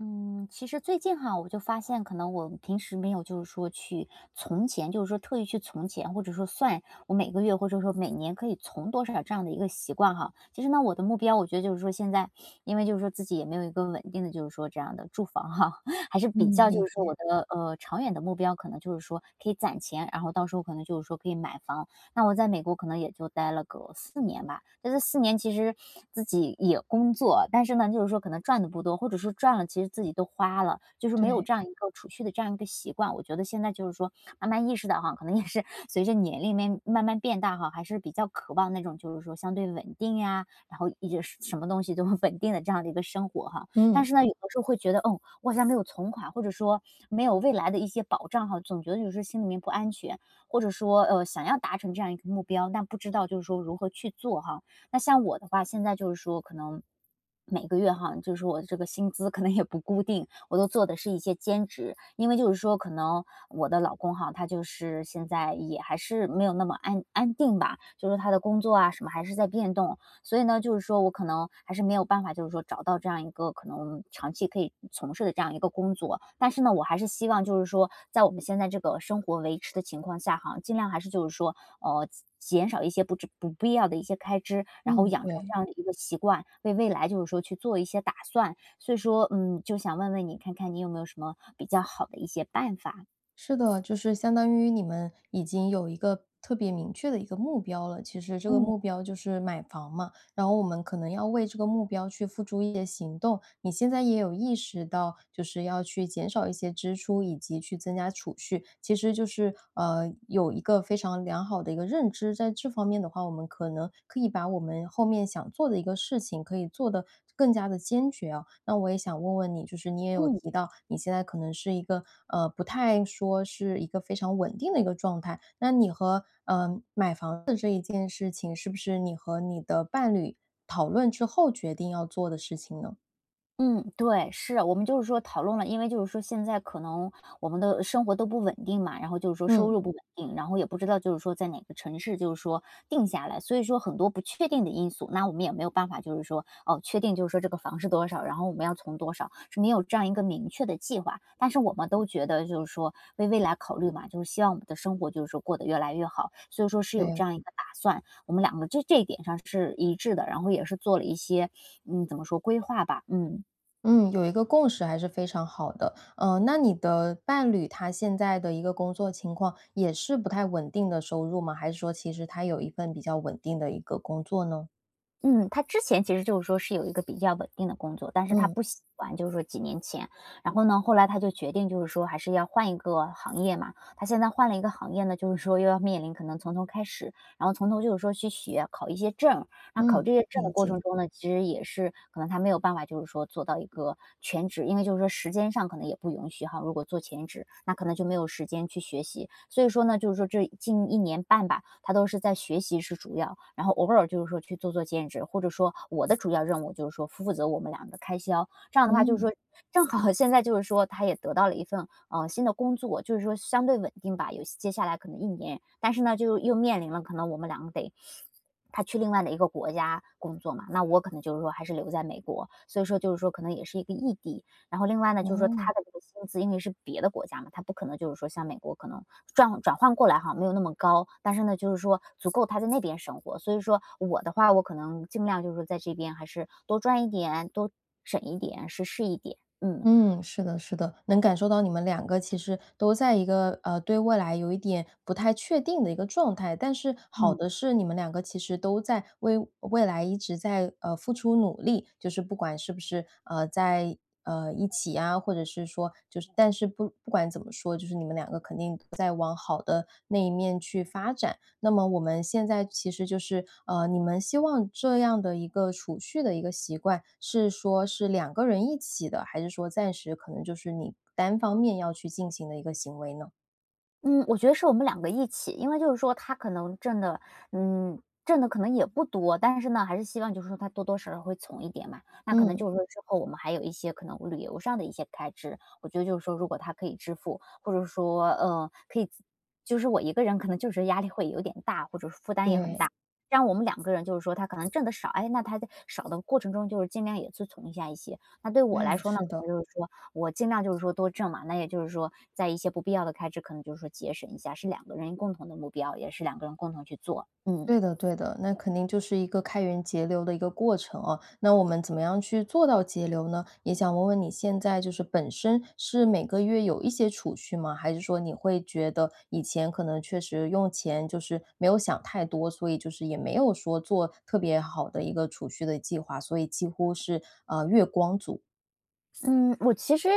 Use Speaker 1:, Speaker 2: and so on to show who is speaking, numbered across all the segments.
Speaker 1: 嗯，其实最近哈，我就发现可能我平时没有就是说去存钱，就是说特意去存钱，或者说算我每个月或者说每年可以存多少这样的一个习惯哈。其实呢，我的目标我觉得就是说现在，因为就是说自己也没有一个稳定的就是说这样的住房哈，还是比
Speaker 2: 嗯，
Speaker 1: 较
Speaker 2: 理
Speaker 1: 就是说
Speaker 2: 解。
Speaker 1: 我的长远的目标可能就是说可以攒钱，然后到时候可能就是说可以买房。那我在美国可能也就待了个四年吧，在这4年其实自己也工作，但是呢，就是说可能赚的不多，或者说赚了其实自己都花了，就是没有
Speaker 2: 对。
Speaker 1: 这样一个储蓄的这样一个习惯。我觉得现在就是说慢慢意识到哈，可能也是 随着年龄慢慢变大哈，还是比较渴望那种就是说相对稳定呀，然后一直是什么东西都稳定的这样的一个生活哈。但
Speaker 2: 嗯。
Speaker 1: 是呢，有的时候会觉得，哦，我好像没有存款，或者说没有未来的一些保障哈，总觉得有时候心里面不安全。或者说想要达成这样一个目标，但不知道就是说如何去做哈。那像我的话，现在就是说可能。每个月哈，就是我这个薪资可能也不固定，我都做的是一些兼职，因为就是说，可能我的老公哈，他就是现在也还是没有那么安定吧，就是他的工作啊什么还是在变动，所以呢，就是说我可能还是没有办法，就是说找到这样一个可能长期可以从事的这样一个工作。但是呢，我还是希望就是说，在我们现在这个生活维持的情况下哈，尽量还是就是说，呃，减少一些不必要的一些开支，然后
Speaker 2: 嗯。
Speaker 1: 养成
Speaker 2: 对，
Speaker 1: 这样的一个习惯，为未来就是说去做一些打算。所以说，嗯，就想问问你，看看你有没有什么比较好的一些办法？
Speaker 2: 是的，就是相当于你们已经有一个特别明确的一个目标了。其实这个
Speaker 1: 嗯
Speaker 2: 目标就是买房嘛，然后我们可能要为这个目标去付诸一些行动。你现在也有意识到，就是要去减少一些支出，以及去增加储蓄。其实就是有一个非常良好的一个认知，在这方面的话，我们可能可以把我们后面想做的一个事情可以做的更加的坚决啊。那我也想问问你，就是你也有
Speaker 1: 嗯。
Speaker 2: 提到，你现在可能是一个，不太说是一个非常稳定的一个状态，那你和买房子这一件事情，是不是你和你的伴侣讨论之后决定要做的事情呢？
Speaker 1: 嗯，对，是，我们就是说讨论了，因为就是说现在可能我们的生活都不稳定嘛，然后就是说收
Speaker 2: 嗯，
Speaker 1: 入不稳定，然后也不知道就是说在哪个城市就是说定下来，所以说很多不确定的因素，那我们也没有办法就是说确定就是说这个房是多少，然后我们要存多少，是没有这样一个明确的计划。但是我们都觉得就是说为未来考虑嘛，就是希望我们的生活就是说过得越来越好，所以说是有这
Speaker 2: 对。
Speaker 1: 样一个打算，我们两个这一点上是一致的，然后也是做了一些怎么说规划吧，嗯。
Speaker 2: 嗯，有一个共识还是非常好的。那你的伴侣他现在的一个工作情况也是不太稳定的收入吗？还是说其实他有一份比较稳定的一个工作呢？
Speaker 1: 嗯，他之前其实就是说是有一个比较稳定的工作，但是他
Speaker 2: 嗯。
Speaker 1: 不喜欢，就是说几年前，然后呢，后来他就决定就是说还是要换一个行业嘛。他现在换了一个行业呢，就是说又要面临可能从头开始，然后从头就是说去学考一些证。那考
Speaker 2: 嗯，
Speaker 1: 这些证
Speaker 2: 理
Speaker 1: 的过程
Speaker 2: 解。
Speaker 1: 中呢，其实也是可能他没有办法就是说做到一个全职，因为就是说时间上可能也不允许哈。如果做全职，那可能就没有时间去学习，所以说呢，就是说这近1年半吧，他都是在学习是主要，然后偶尔就是说去做做兼职，或者说我的主要任务就是说负责我们俩的开销。这样的话就是
Speaker 2: 嗯。
Speaker 1: 说正好现在就是说他也得到了一份，新的工作，就是说相对稳定吧，有接下来可能一年，但是呢，就又面临了可能我们两个得他去另外的一个国家工作嘛，那我可能就是说还是留在美国，所以说就是说可能也是一个异地。然后另外呢，就是说他
Speaker 2: 哦。
Speaker 1: 的这个薪资，因为是别的国家嘛，他不可能就是说像美国可能转换过来哈，没有那么高，但是呢，就是说足够他在那边生活。所以说我的话，我可能尽量就是说在这边还是多赚一点，多省一点，是一点，
Speaker 2: 嗯，是的，是的，能感受到你们两个其实都在一个对未来有一点不太确定的一个状态，但是好
Speaker 1: 嗯。
Speaker 2: 的是你们两个其实都在为未来一直在付出努力，就是不管是不是在一起啊，或者是说就是，但是不管怎么说，就是你们两个肯定都在往好的那一面去发展。那么我们现在其实就是，你们希望这样的一个储蓄的一个习惯，是说是两个人一起的，还是说暂时可能就是你单方面要去进行的一个行为呢？
Speaker 1: 嗯，我觉得是我们两个一起，因为就是说他可能挣的，挣的可能也不多，但是呢，还是希望就是说他多多少少会存一点嘛。那可能
Speaker 2: 嗯，
Speaker 1: 就是说之后我们还有一些可能旅游上的一些开支，我觉得就是说如果他可以支付，或者说可以自，就是我一个人可能就是压力会有点大，或者是负担也很大。
Speaker 2: 对。
Speaker 1: 让我们两个人就是说他可能挣的少，哎，那他在少的过程中就是尽量也去存一下一些。那对我来
Speaker 2: 哎，
Speaker 1: 说呢，
Speaker 2: 是
Speaker 1: 可
Speaker 2: 的。
Speaker 1: 能就是说我尽量就是说多挣嘛，那也就是说在一些不必要的开支，可能就是说节省一下，是两个人共同的目标，也是两个人共同去做。嗯。
Speaker 2: 对的，对的，那肯定就是一个开源节流的一个过程哦。那我们怎么样去做到节流呢？也想问问你现在就是本身是每个月有一些储蓄吗？还是说你会觉得以前可能确实用钱就是没有想太多，所以就是也没有说做特别好的一个储蓄的计划，所以几乎是月光族。
Speaker 1: 嗯，我其实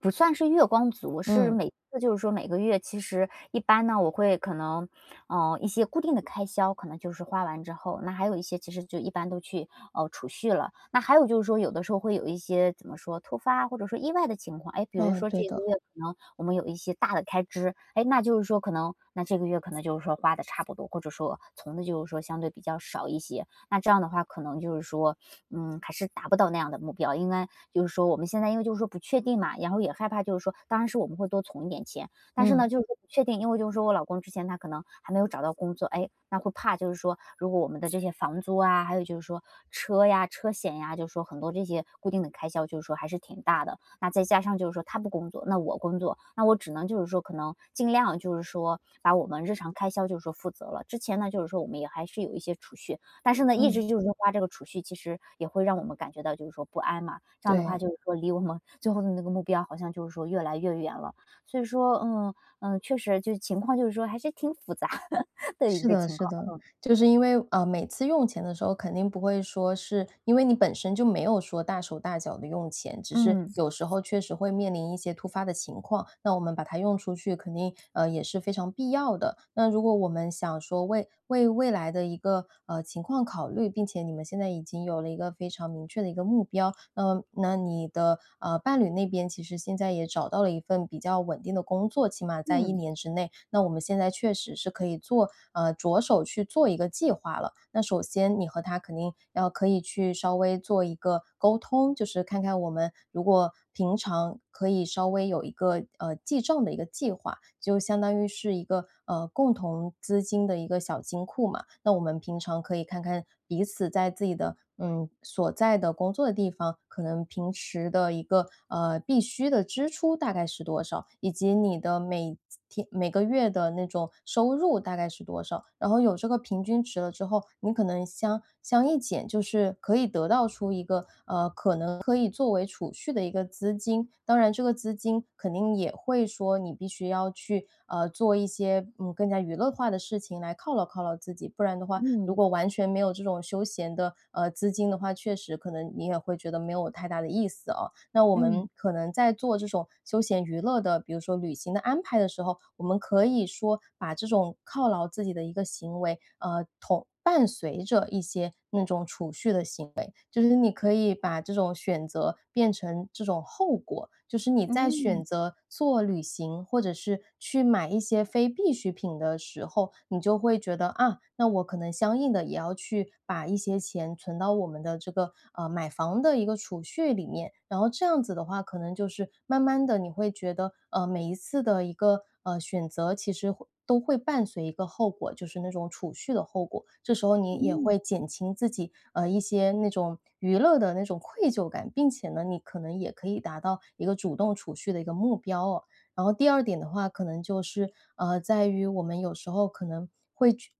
Speaker 1: 不算是月光族，我是
Speaker 2: 嗯。
Speaker 1: 每次就是说每个月，其实一般呢，我会可能，一些固定的开销，可能就是花完之后，那还有一些其实就一般都去储蓄了。那还有就是说，有的时候会有一些怎么说突发或者说意外的情况，哎，比如
Speaker 2: 哎，
Speaker 1: 说
Speaker 2: 对
Speaker 1: 这个
Speaker 2: 的。
Speaker 1: 月可能我们有一些大的开支，哎，那就是说可能那这个月可能就是说花的差不多，或者说存的就是说相对比较少一些，那这样的话，可能就是说，嗯，还是达不到那样的目标，应该就是说我们现在因为就是说不确定嘛，然后也害怕就是说当然是我们会多存一点钱，但是呢，
Speaker 2: 嗯
Speaker 1: 就是说不确定，因为就是说我老公之前他可能还没有找到工作，哎，那会怕就是说如果我们的这些房租啊，还有就是说车呀、车险呀，就是说很多这些固定的开销，就是说还是挺大的。那再加上就是说他不工作，那我工作，那我只能就是说可能尽量就是说把我们日常开销就是说负责了。之前呢，就是说我们也还是有一些储蓄，但是呢，一
Speaker 2: 嗯，
Speaker 1: 直就是说花这个储蓄，其实也会让我们感觉到就是说不安嘛。这样的话
Speaker 2: 对。
Speaker 1: 就是说离我们最后的那个目标好像就是说越来越远了。所以说，嗯，嗯，确实就是情况就是说还是挺复杂 的一
Speaker 2: 是
Speaker 1: 个
Speaker 2: 的，
Speaker 1: 情
Speaker 2: 是
Speaker 1: 况。
Speaker 2: 的，就是因为每次用钱的时候，肯定不会说是因为你本身就没有说大手大脚的用钱，只是
Speaker 1: 嗯，
Speaker 2: 有时候确实会面临一些突发的情况，那我们把它用出去，肯定也是非常必要的。那如果我们想说为未来的一个情况考虑，并且你们现在已经有了一个非常明确的一个目标，那那你的伴侣那边其实现在也找到了一份比较稳定的工作，起码在一
Speaker 1: 嗯，
Speaker 2: 年之内，那我们现在确实是可以做着手去做一个计划了。那首先你和他肯定要可以去稍微做一个沟通，就是看看我们如果平常可以稍微有一个记账的一个计划，就相当于是一个共同资金的一个小金库嘛。那我们平常可以看看彼此在自己的所在的工作的地方，可能平时的一个必须的支出大概是多少，以及你的每天每个月的那种收入大概是多少。然后有这个平均值了之后，你可能相一减，就是可以得到出一个可能可以作为储蓄的一个资金。当然，这个资金肯定也会说你必须要去做一些更加娱乐化的事情来犒劳自己，不然的话，如
Speaker 1: 嗯，
Speaker 2: 果完全没有这种休闲的资金的话，确实可能你也会觉得没有太大的意思哦。那我们
Speaker 1: 嗯，
Speaker 2: 可能在做这种休闲娱乐的，比如说旅行的安排的时候，我们可以说把这种犒劳自己的一个行为，同伴随着一些那种储蓄的行为，就是你可以把这种选择变成这种后果，就是你在选
Speaker 1: 嗯，
Speaker 2: 择做旅行或者是去买一些非必需品的时候，你就会觉得啊，那我可能相应的也要去把一些钱存到我们的这个买房的一个储蓄里面，然后这样子的话，可能就是慢慢的你会觉得每一次的一个选择，其实会都会伴随一个后果，就是那种储蓄的后果。这时候你也
Speaker 1: 嗯，
Speaker 2: 会减轻自己一些那种娱乐的那种愧疚感，并且呢，你可能也可以达到一个主动储蓄的一个目标哦。然后第二点的话，可能就是，在于我们有时候可能会觉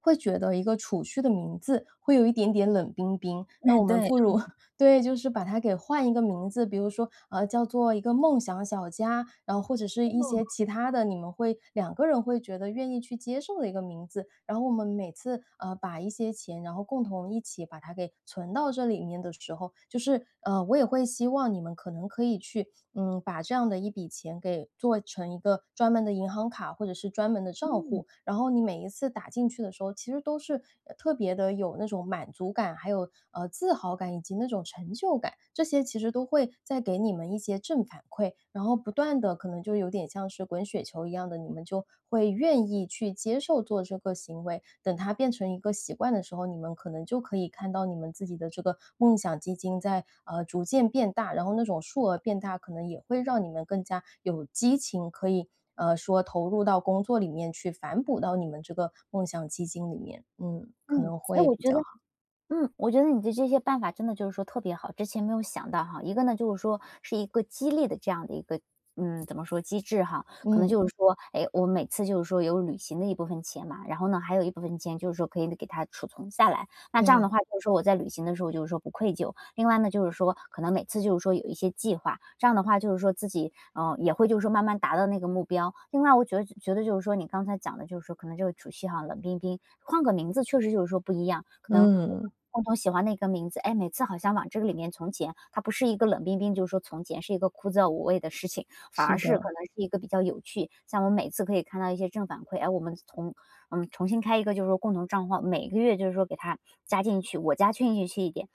Speaker 2: 会觉得一个储蓄的名字会有一点点冷冰冰，那
Speaker 1: 哎，
Speaker 2: 我们
Speaker 1: 对，
Speaker 2: 不如 对，就是把它给换一个名字，比如说，叫做一个梦想小家，然后或者是一些其他的，你们会两个人会觉得愿意去接受的一个名字。然后我们每次，把一些钱，然后共同一起把它给存到这里面的时候，就是，我也会希望你们可能可以去把这样的一笔钱给做成一个专门的银行卡或者是专门的账
Speaker 1: 嗯，
Speaker 2: 户，然后你每一次打进去的时候，其实都是特别的有那种满足感，还有自豪感以及那种成就感，这些其实都会再给你们一些正反馈，然后不断的可能就有点像是滚雪球一样的，你们就会愿意去接受做这个行为，等它变成一个习惯的时候，你们可能就可以看到你们自己的这个梦想基金在逐渐变大，然后那种数额变大，可能也会让你们更加有激情，可以说投入到工作里面去，反哺到你们这个梦想基金里面，嗯，可
Speaker 1: 嗯，
Speaker 2: 能
Speaker 1: 哎，
Speaker 2: 会
Speaker 1: 我
Speaker 2: 比
Speaker 1: 觉
Speaker 2: 较
Speaker 1: 得。
Speaker 2: 好。
Speaker 1: 嗯，我觉得你的这些办法真的就是说特别好，之前没有想到哈。一个呢，就是说是一个激励的这样的一个，嗯，怎么说机制哈？可能
Speaker 2: 嗯，
Speaker 1: 就是说，哎，我每次就是说有旅行的一部分钱嘛，然后呢，还有一部分钱就是说可以给它储存下来，那这样的
Speaker 2: 对。
Speaker 1: 话，就是说我在旅行的时候就是说不愧疚。另外呢，就是说可能每次就是说有一些计划，这样的话就是说自己，嗯，也会就是说慢慢达到那个目标。另外我觉得就是说你刚才讲的就是说可能这个储蓄哈，冷冰冰，换个名字确实就是说不一样，可能我
Speaker 2: 嗯，
Speaker 1: 共同喜欢的一个名字，哎，每次好像往这个里面从钱，它不是一个冷冰冰，就是说从前是一个枯燥无味的事情，反
Speaker 2: 是
Speaker 1: 而是
Speaker 2: 的。
Speaker 1: 可能是一个比较有趣。像我每次可以看到一些正反馈，哎，我们从重新开一个就是说共同账号，每个月就是说给他加进去，我加进去一点，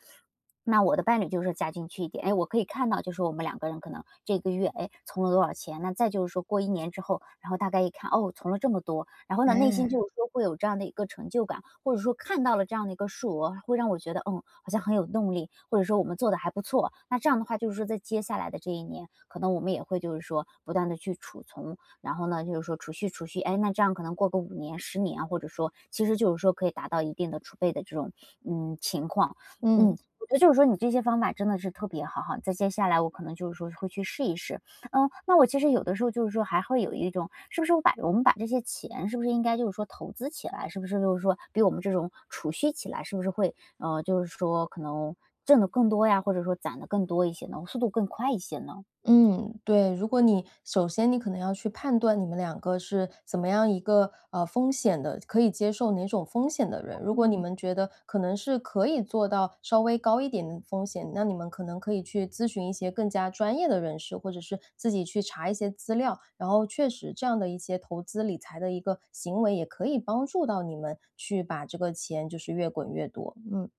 Speaker 1: 那我的伴侣就是加进去一点，哎，我可以看到，就是我们两个人可能这个月，哎，存了多少钱？那再就是说过一年之后，然后大概一看，哦，存了这么多，然后呢，内
Speaker 2: 哎。
Speaker 1: 心就是说会有这样的一个成就感，或者说看到了这样的一个数额，会让我觉得，嗯，好像很有动力，或者说我们做的还不错。那这样的话，就是说在接下来的这1年，可能我们也会就是说不断的去储存，然后呢，就是说储蓄储蓄，哎，那这样可能过个5年、10年啊，或者说其实就是说可以达到一定的储备的这种，嗯，情况。嗯，
Speaker 2: 嗯。
Speaker 1: 我觉得就是说你这些方法真的是特别好哈，在接下来我可能就是说会去试一试。嗯，那我其实有的时候就是说还会有一种，是不是我们把这些钱是不是应该就是说投资起来，是不是就是说比我们这种储蓄起来，是不是会，就是说可能挣的更多呀，或者说攒的更多一些呢，速度更快一些呢？
Speaker 2: 嗯，对，如果你首先你可能要去判断你们两个是怎么样一个风险的，可以接受哪种风险的人。如果你们觉得可能是可以做到稍微高一点的风险，那你们可能可以去咨询一些更加专业的人士，或者是自己去查一些资料。然后确实这样的一些投资理财的一个行为，也可以帮助到你们去把这个钱就是越滚越多。嗯。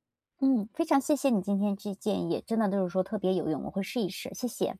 Speaker 1: 嗯，非常谢谢你今天这建议，真的就是说特别有用，我会试一试，谢谢。